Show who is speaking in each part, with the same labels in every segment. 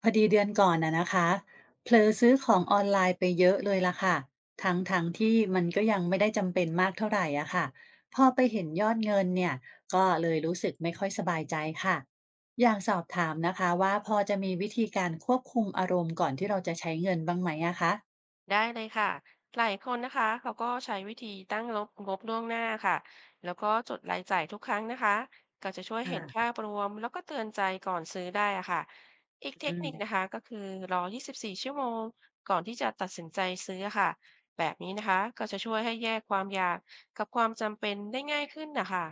Speaker 1: พอดีเดือนก่อนน่ะนะคะเผลอซื้อของออนไลน์ไปเยอะเลยล่ะค่ะทั้งที่มันก็ยังไม่ได้จำเป็นมากเท่าไหร่อะค่ะพอไปเห็นยอดเงินเนี่ยก็เลยรู้สึกไม่ค่อยสบายใจค่ะอยากสอบถามนะคะว่าพอจะมีวิธีการควบคุมอารมณ์ก่อนที่เราจะใช้เงินบ้างไหมอะคะ
Speaker 2: ได้เลยค่ะหลายคนนะคะเขาก็ใช้วิธีตั้งงบล่วงหน้าค่ะแล้วก็จดรายจ่ายทุกครั้งนะคะก็จะช่วยเห็นภา
Speaker 1: ค่ะ
Speaker 2: พรวมแล้วก็เตือนใจก่อนซื้อได้อะค่ะอีกเทค
Speaker 1: อืม
Speaker 2: นิคนะคะก็คือรอ 24 ชั่วโมงก่อนที่จะตัดสินใจซื้อค่ะแบบนี้นะคะก็จะช่วยให้แยกความอยากกับความจำเป็นได้ง่ายขึ้นนะคะ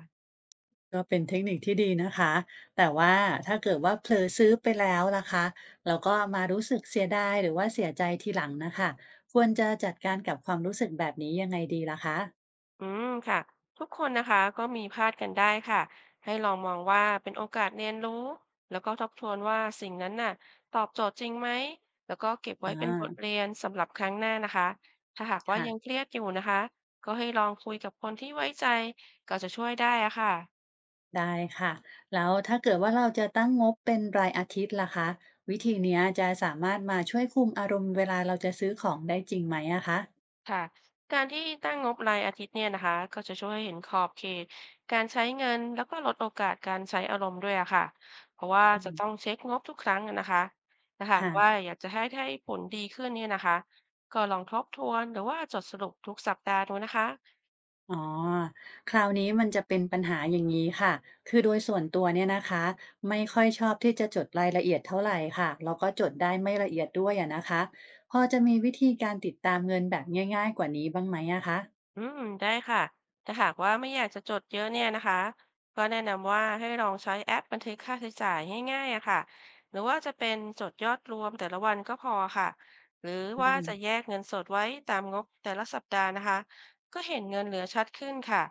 Speaker 1: ก็เป็นเทคนิคที่ดีนะคะแต่ว่าถ้าเกิดว่าเผลอซื้อไปแล้วล่ะคะแล้วก็มารู้สึกเสียดายหรือว่าเสียใจทีหลังนะคะควรจะจัดการกับความรู้สึกแบบนี้ยังไงดีล่ะคะ
Speaker 2: อืมค่ะทุกคนนะคะก็มีพลาดกันได้ค่ะให้ลองมองว่าเป็นโอกาสเรียนรู้แล้วก็ทบทวนว่าสิ่งนั้นน่ะตอบโจทย์จริงไหมแล้วก็เก็บไว้เป็นบท
Speaker 1: อา
Speaker 2: เรียนสำหรับครั้งหน้านะคะถ้าหากว่า
Speaker 1: ค่ะ
Speaker 2: ยังเครียดอยู่นะคะก็ให้ลองคุยกับคนที่ไว้ใจก็จะช่วยได้อะค่ะ
Speaker 1: ได้ค่ะแล้วถ้าเกิดว่าเราจะตั้งงบเป็นรายอาทิตย์ล่ะคะวิธีเนี้ยจะสามารถมาช่วยคุมอารมณ์เวลาเราจะซื้อของได้จริงไหมอะคะ
Speaker 2: ค่ะการที่ตั้งงบรายอาทิตย์เนี่ยนะคะก็จะช่วยให้เห็นขอบเขตการใช้เงินแล้วก็ลดโอกาสการใช้อารมณ์ด้วยอะค่ะเพราะว่า
Speaker 1: อื
Speaker 2: จะ
Speaker 1: ม
Speaker 2: ต้องเช็คงบทุกครั้งอะนะคะถ้าหากว่า
Speaker 1: ค่ะ
Speaker 2: อยากจะให้ได้ผลดีขึ้นเนี่ยนะคะก็ลองทบทวนหรือว่าจดสรุปทุกสัปดาห์ดูนะคะ
Speaker 1: อ๋อคราวนี้มันจะเป็นปัญหาอย่างนี้ค่ะคือโดยส่วนตัวเนี่ยนะคะไม่ค่อยชอบที่จะจดรายละเอียดเท่าไหร่ค่ะแล้วก็จดได้ไม่ละเอียดด้วยอะนะคะพอจะมีวิธีการติดตามเงินแบบง่ายๆกว่านี้บ้างไหมอะคะ
Speaker 2: อืมได้ค่ะถ้าหากว่าไม่อยากจะจดเยอะเนี่ยนะคะ ก็แนะนำว่าให้ลองใช้แอปบันทึกค่าใช้จ่ายง่ายๆอะค่ะ หรือว่าจะเป็นจดยอดรวมแต่ละวันก็พอค่ะ หรือ
Speaker 1: อื
Speaker 2: ว่า
Speaker 1: ม
Speaker 2: จะแยกเงินสดไว้ตามงบแต่ละสัปดาห์นะคะก็เห็นเงินเหลือชัดขึ้นค่ะ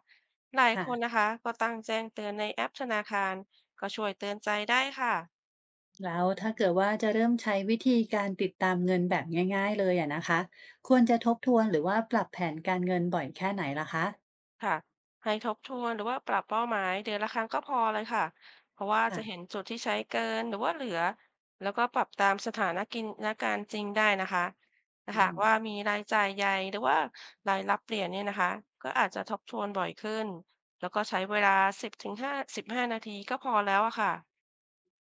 Speaker 2: หลายค
Speaker 1: ค่ะ
Speaker 2: นนะคะก็ตั้งแจ้งเตือนในแอปธนาคารก็ช่วยเตือนใจได้ค่ะ
Speaker 1: แล้วถ้าเกิดว่าจะเริ่มใช้วิธีการติดตามเงินแบบง่ายๆเลยอะนะคะควรจะทบทวนหรือว่าปรับแผนการเงินบ่อยแค่ไหนล่ะคะ
Speaker 2: ค่ะให้ทบทวนหรือว่าปรับเป้าหมายเดือนละครั้งก็พอเลยค่ะเพราะว่าจะเห็น
Speaker 1: ค่ะ
Speaker 2: จุดที่ใช้เกินหรือว่าเหลือแล้วก็ปรับตามสถานกินและการณ์จริงได้นะคะถ้า
Speaker 1: อื
Speaker 2: หาก
Speaker 1: ม
Speaker 2: ว่ามีรายจ่ายใหญ่หรือว่ารายรับเปลี่ยนเนี่ยนะคะก็อาจจะทบทวนบ่อยขึ้นแล้วก็ใช้เวลา10 ถึง 55 นาทีก็พอแล้วอะค่ะ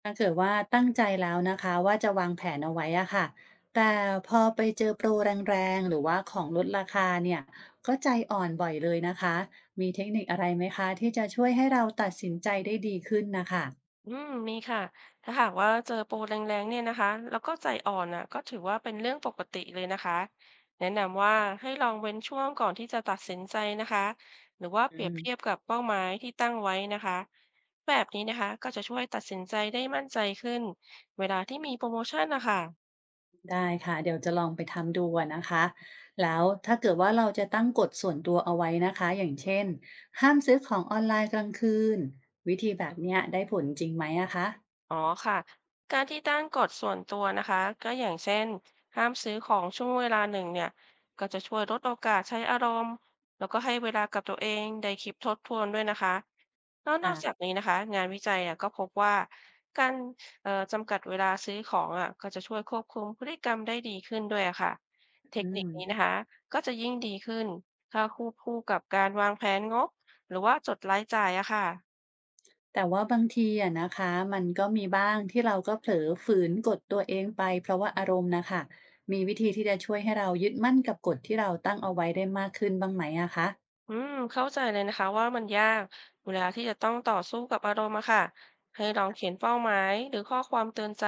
Speaker 1: ถ้าเกิดว่าตั้งใจแล้วนะคะว่าจะวางแผนเอาไว้อะค่ะแต่พอไปเจอโปรแรงๆหรือว่าของลดราคาเนี่ยก็ใจอ่อนบ่อยเลยนะคะมีเทคนิคอะไรไหมคะที่จะช่วยให้เราตัดสินใจได้ดีขึ้นน่ะค่ะ
Speaker 2: อืมมีค่ะถ้าหากว่าเจอโปรแรงๆเนี่ยนะคะแล้วก็ใจอ่อนน่ะก็ถือว่าเป็นเรื่องปกติเลยนะคะแนะนำว่าให้ลองเว้นช่วงก่อนที่จะตัดสินใจนะคะหรือว่าเป
Speaker 1: อื
Speaker 2: รียบเทียบ
Speaker 1: ม
Speaker 2: กับเป้าหมายที่ตั้งไว้นะคะแบบนี้นะคะก็จะช่วยตัดสินใจได้มั่นใจขึ้นเวลาที่มีโปรโมชั่นนะคะ
Speaker 1: ได้ค่ะเดี๋ยวจะลองไปทำดูอะนะคะแล้วถ้าเกิดว่าเราจะตั้งกฎส่วนตัวเอาไว้นะคะอย่างเช่นห้ามซื้อของออนไลน์กลางคืนวิธีแบบเนี้ยได้ผลจริงไหมอะคะ
Speaker 2: อ๋อค่ะการที่ตั้งกฎส่วนตัวนะคะก็อย่างเช่นห้ามซื้อของช่วงเวลาหนึ่งเนี่ยก็จะช่วยลดโอกาสใช้อารมณ์แล้วก็ให้เวลากับตัวเองได้คิดทบทวนด้วยนะคะแล้วนอ
Speaker 1: ค่ะ
Speaker 2: กจากนี้นะคะงานวิจัยอ่ะก็พบว่าการจำกัดเวลาซื้อของอ่ะก็จะช่วยควบคุมพฤติกรรมได้ดีขึ้นด้วยอะค่ะเท
Speaker 1: อื
Speaker 2: คนิค
Speaker 1: ม
Speaker 2: นี้นะคะก็จะยิ่งดีขึ้นถ้าคู่กับการวางแผนงบหรือว่าจดรายจ่ายอะค่ะ
Speaker 1: แต่ว่าบางทีอะนะคะมันก็มีบ้างที่เราก็เผลอฝืนกดตัวเองไปเพราะว่าอารมณ์น่ะค่ะมีวิธีที่จะช่วยให้เรายึดมั่นกับกฎที่เราตั้งเอาไว้ได้มากขึ้นบ้างไหมอะคะ
Speaker 2: อืมเข้าใจเลยนะคะว่ามันยากเวลาที่จะต้องต่อสู้กับอารมณ์อะค่ะให้ลองเขียนเป้าหมายหรือข้อความเตือนใจ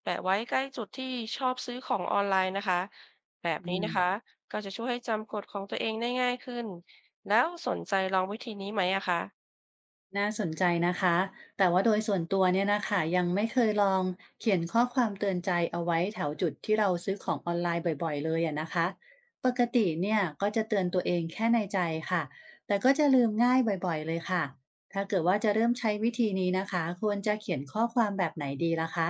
Speaker 2: แปะไว้ใกล้จุดที่ชอบซื้อของออนไลน์นะคะแบบ
Speaker 1: อื
Speaker 2: นี้นะ
Speaker 1: ม
Speaker 2: คะก็จะช่วยให้จำกฎของตัวเองได้ง่ายขึ้นแล้วสนใจลองวิธีนี้ไหมอะคะ
Speaker 1: น่าสนใจนะคะแต่ว่าโดยส่วนตัวเนี่ยนะคะยังไม่เคยลองเขียนข้อความเตือนใจเอาไว้แถวจุดที่เราซื้อของออนไลน์บ่อยๆเลยอะนะคะปกติเนี่ยก็จะเตือนตัวเองแค่ในใจค่ะแต่ก็จะลืมง่ายบ่อยๆเลยค่ะถ้าเกิดว่าจะเริ่มใช้วิธีนี้นะคะควรจะเขียนข้อความแบบไหนดีล่ะคะ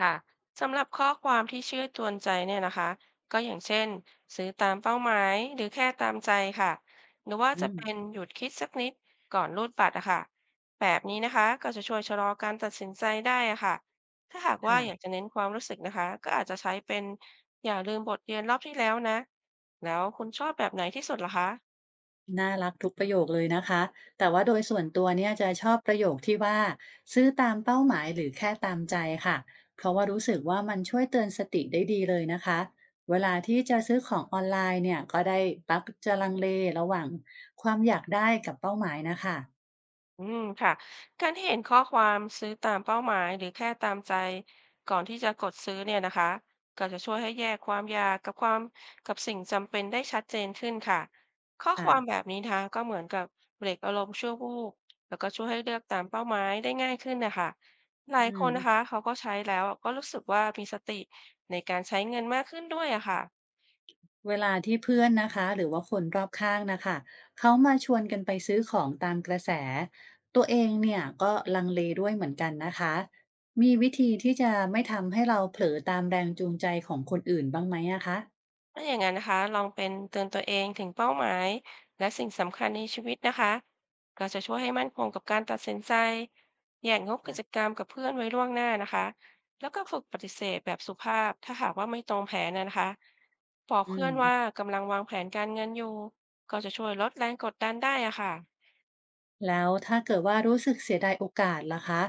Speaker 2: ค่ะสำหรับข้อความที่ชื่อจวนใจเนี่ยนะคะก็อย่างเช่นซื้อตามเป้าหมายหรือแค่ตามใจค่ะหรือว่า
Speaker 1: อื
Speaker 2: จะ
Speaker 1: ม
Speaker 2: เป็นหยุดคิดสักนิดก่อนรูดบัตรอะค่ะแบบนี้นะคะก็จะช่วยชะลอการตัดสินใจได้อะค่ะถ้าหากว่าอยาก
Speaker 1: ค่ะ
Speaker 2: จะเน้นความรู้สึกนะคะก็อาจจะใช้เป็นอย่าลืมบทเรียนรอบที่แล้วนะแล้วคุณชอบแบบไหนที่สุดล่ะคะ
Speaker 1: น่ารักทุกประโยคเลยนะคะแต่ว่าโดยส่วนตัวเนี่ยจะชอบประโยคที่ว่าซื้อตามเป้าหมายหรือแค่ตามใจค่ะเพราะว่ารู้สึกว่ามันช่วยเตือนสติได้ดีเลยนะคะเวลาที่จะซื้อของออนไลน์เนี่ยก็ได้ปักจะลังเลระหว่างความอยากได้กับเป้าหมายนะคะ
Speaker 2: อืมค่ะการที่เห็นข้อความซื้อตามเป้าหมายหรือแค่ตามใจก่อนที่จะกดซื้อเนี่ยนะคะก็จะช่วยให้แยกความอยากกับความกับสิ่งจำเป็นได้ชัดเจนขึ้นค่ะข้อค
Speaker 1: ค่ะ
Speaker 2: วามแบบนี้นะคะก็เหมือนกับเบรกอารมณ์ชั่ววูบแล้วก็ช่วยให้เลือกตามเป้าหมายได้ง่ายขึ้นนะคะหลา
Speaker 1: อื
Speaker 2: ยคนนะคะ
Speaker 1: ม
Speaker 2: เขาก็ใช้แล้วก็รู้สึกว่ามีสติในการใช้เงินมากขึ้นด้วยอะค่ะ
Speaker 1: เวลาที่เพื่อนนะคะหรือว่าคนรอบข้างนะคะเขามาชวนกันไปซื้อของตามกระแสตัวเองเนี่ยก็ลังเลด้วยเหมือนกันนะคะมีวิธีที่จะไม่ทำให้เราเผลอตามแรงจูงใจของคนอื่นบ้างไหมอะคะ
Speaker 2: ถ้าอย่างนั้นนะคะลองเป็นเตือนตัวเองถึงเป้าหมายและสิ่งสำคัญในชีวิตนะคะก็จะช่วยให้มั่นคงกับการตัดสินใจแยกงบกิจ
Speaker 1: อ่ะ
Speaker 2: กรรมกับเพื่อนไว้ล่วงหน้านะคะแล้วก็ฝึกปฏิเสธแบบสุภาพถ้าหากว่าไม่ตรงแผนนะนะคะบอก
Speaker 1: อื
Speaker 2: เพื่อ
Speaker 1: ม
Speaker 2: นว่ากำลังวางแผนการเงินอยู่ก็จะช่วยลดแรงกดดันได้อะค่ะ
Speaker 1: แล้วถ้าเกิดว่ารู้สึกเสียดายโอกาสล่ะคะ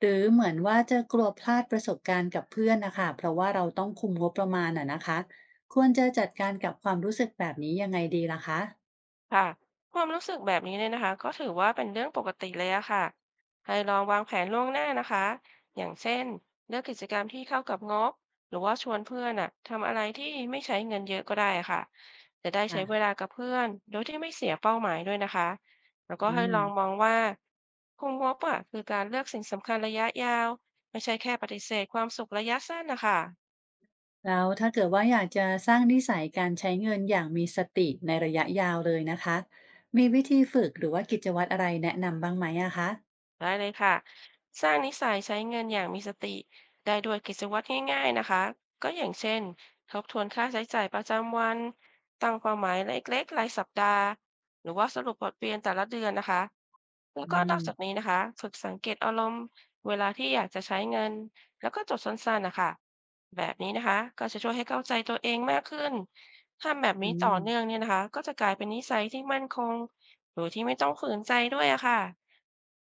Speaker 1: หรือเหมือนว่าจะกลัวพลาดประสบการณ์กับเพื่อนนะคะเพราะว่าเราต้องคุมงบประมาณอะนะคะควรจะจัดการกับความรู้สึกแบบนี้ยังไงดีล่ะคะ
Speaker 2: ค่ะความรู้สึกแบบนี้เนี่ยนะคะก็ถือว่าเป็นเรื่องปกติเลยอะค่ะให้ลองวางแผนล่วงหน้านะคะอย่างเช่นเลือกกิจกรรมที่เข้ากับงบหรือว่าชวนเพื่อนอะทำอะไรที่ไม่ใช้เงินเยอะก็ได้ค่ะจะได้ใช้เวลา
Speaker 1: อ่ะ
Speaker 2: กับเพื่อนโดยที่ไม่เสียเป้าหมายด้วยนะคะแล้วก็
Speaker 1: อื
Speaker 2: ให้ลองมอ
Speaker 1: ม
Speaker 2: งว่าคุมงบอะคือการเลือกสิ่งสำคัญระยะยาวไม่ใช่แค่ปฏิเสธความสุขระยะสั้นนะคะ
Speaker 1: แล้วถ้าเกิดว่าอยากจะสร้างนิสัยการใช้เงินอย่างมีสติในระยะยาวเลยนะคะมีวิธีฝึกหรือว่ากิจวัตรอะไรแนะนำบ้างไหมอะคะ
Speaker 2: ได้เลยค่ะ สร้างนิสัยใช้เงินอย่างมีสติได้ด้วยกิจวัตรง่ายๆนะคะก็อย่างเช่นทบทวนค่าใช้จ่ายประจำวัน ตั้งเป้าหมายเล็กๆรายสัปดาห์ หรือว่าสรุปบทเรียนแต่ละเดือนนะคะแล้วก็
Speaker 1: อื
Speaker 2: น
Speaker 1: ม
Speaker 2: อกจากนี้นะคะฝึกสังเกตอารมณ์เวลาที่อยากจะใช้เงิน แล้วก็จดสั้นๆนะคะแบบนี้นะคะก็จะช่วยให้เข้าใจตัวเองมากขึ้นทำแบบ
Speaker 1: อื
Speaker 2: นี้ต่อ
Speaker 1: ม
Speaker 2: เนื่องเนี่ยนะคะก็จะกลายเป็นนิสัยที่มั่นคงโดยที่ไม่ต้องฝืนใจด้วยอะค่ะ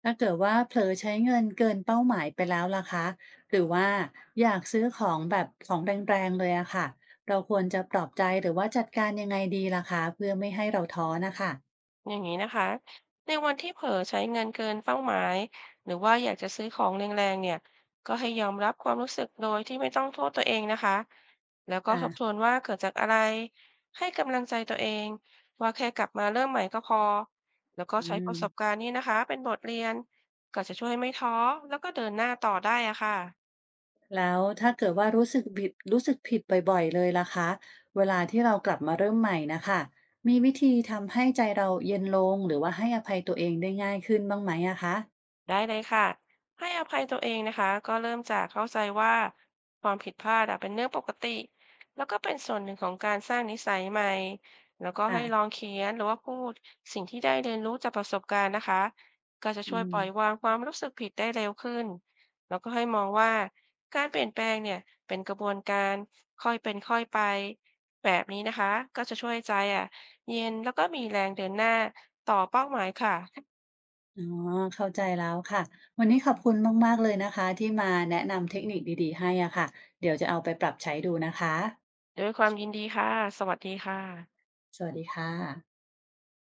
Speaker 1: ถ้าเกิดว่าเผลอใช้เงินเกินเป้าหมายไปแล้วล่ะคะหรือว่าอยากซื้อของแบบของแรงๆเลยอะค่ะเราควรจะปลอบใจหรือว่าจัดการยังไงดีล่ะคะเพื่อไม่ให้เราท้อนะคะ
Speaker 2: อย่างนี้นะคะในวันที่เผลอใช้เงินเกินเป้าหมายหรือว่าอยากจะซื้อของแรงๆเนี่ยก็ให้ยอมรับความรู้สึกโดยที่ไม่ต้องโทษตัวเองนะคะแล้วก็
Speaker 1: ค่ะ
Speaker 2: ทบทวนว่าเกิดจากอะไรให้กำลังใจตัวเองว่าแค่กลับมาเริ่มใหม่ก็พอแล้วก็
Speaker 1: อื
Speaker 2: ใช้
Speaker 1: ม
Speaker 2: ประสบการณ์นี้นะคะเป็นบทเรียนก็จะช่วยไม่ท้อแล้วก็เดินหน้าต่อได้อะค่ะ
Speaker 1: แล้วถ้าเกิดว่ารู้สึกผิดบ่อยๆเลยล่ะคะเวลาที่เรากลับมาเริ่มใหม่นะคะมีวิธีทำให้ใจเราเย็นลงหรือว่าให้อภัยตัวเองได้ง่ายขึ้นบ้างไหมอะคะ
Speaker 2: ได้เลยค่ะให้อภัยตัวเองนะคะก็เริ่มจากเข้าใจว่าความผิดพลาดอะเป็นเรื่องปกติแล้วก็เป็นส่วนหนึ่งของการสร้างนิสัยใหม่แล้วก็
Speaker 1: ค่ะ
Speaker 2: ให้ลองเขียนหรือว่าพูดสิ่งที่ได้เรียนรู้จากประสบการณ์นะคะก็จะ
Speaker 1: อื
Speaker 2: ช่วยป
Speaker 1: ม
Speaker 2: ล่อยวางความรู้สึกผิดได้เร็วขึ้นแล้วก็ให้มองว่าการเปลี่ยนแปลงเนี่ยเป็นกระบวนการค่อยเป็นค่อยไปแบบนี้นะคะก็จะช่วยใจอ่ะเย็นแล้วก็มีแรงเดินหน้าต่อเป้าหมายค่ะ
Speaker 1: อ๋อเข้าใจแล้วค่ะวันนี้ขอบคุณมากๆเลยนะคะที่มาแนะนำเทคนิคดีๆให้อะค่ะเดี๋ยวจะเอาไปปรับใช้ดูนะคะ
Speaker 2: ด้วยความยินดีค่ะ สวัสดีค่ะ
Speaker 1: สวัสดีค่ะ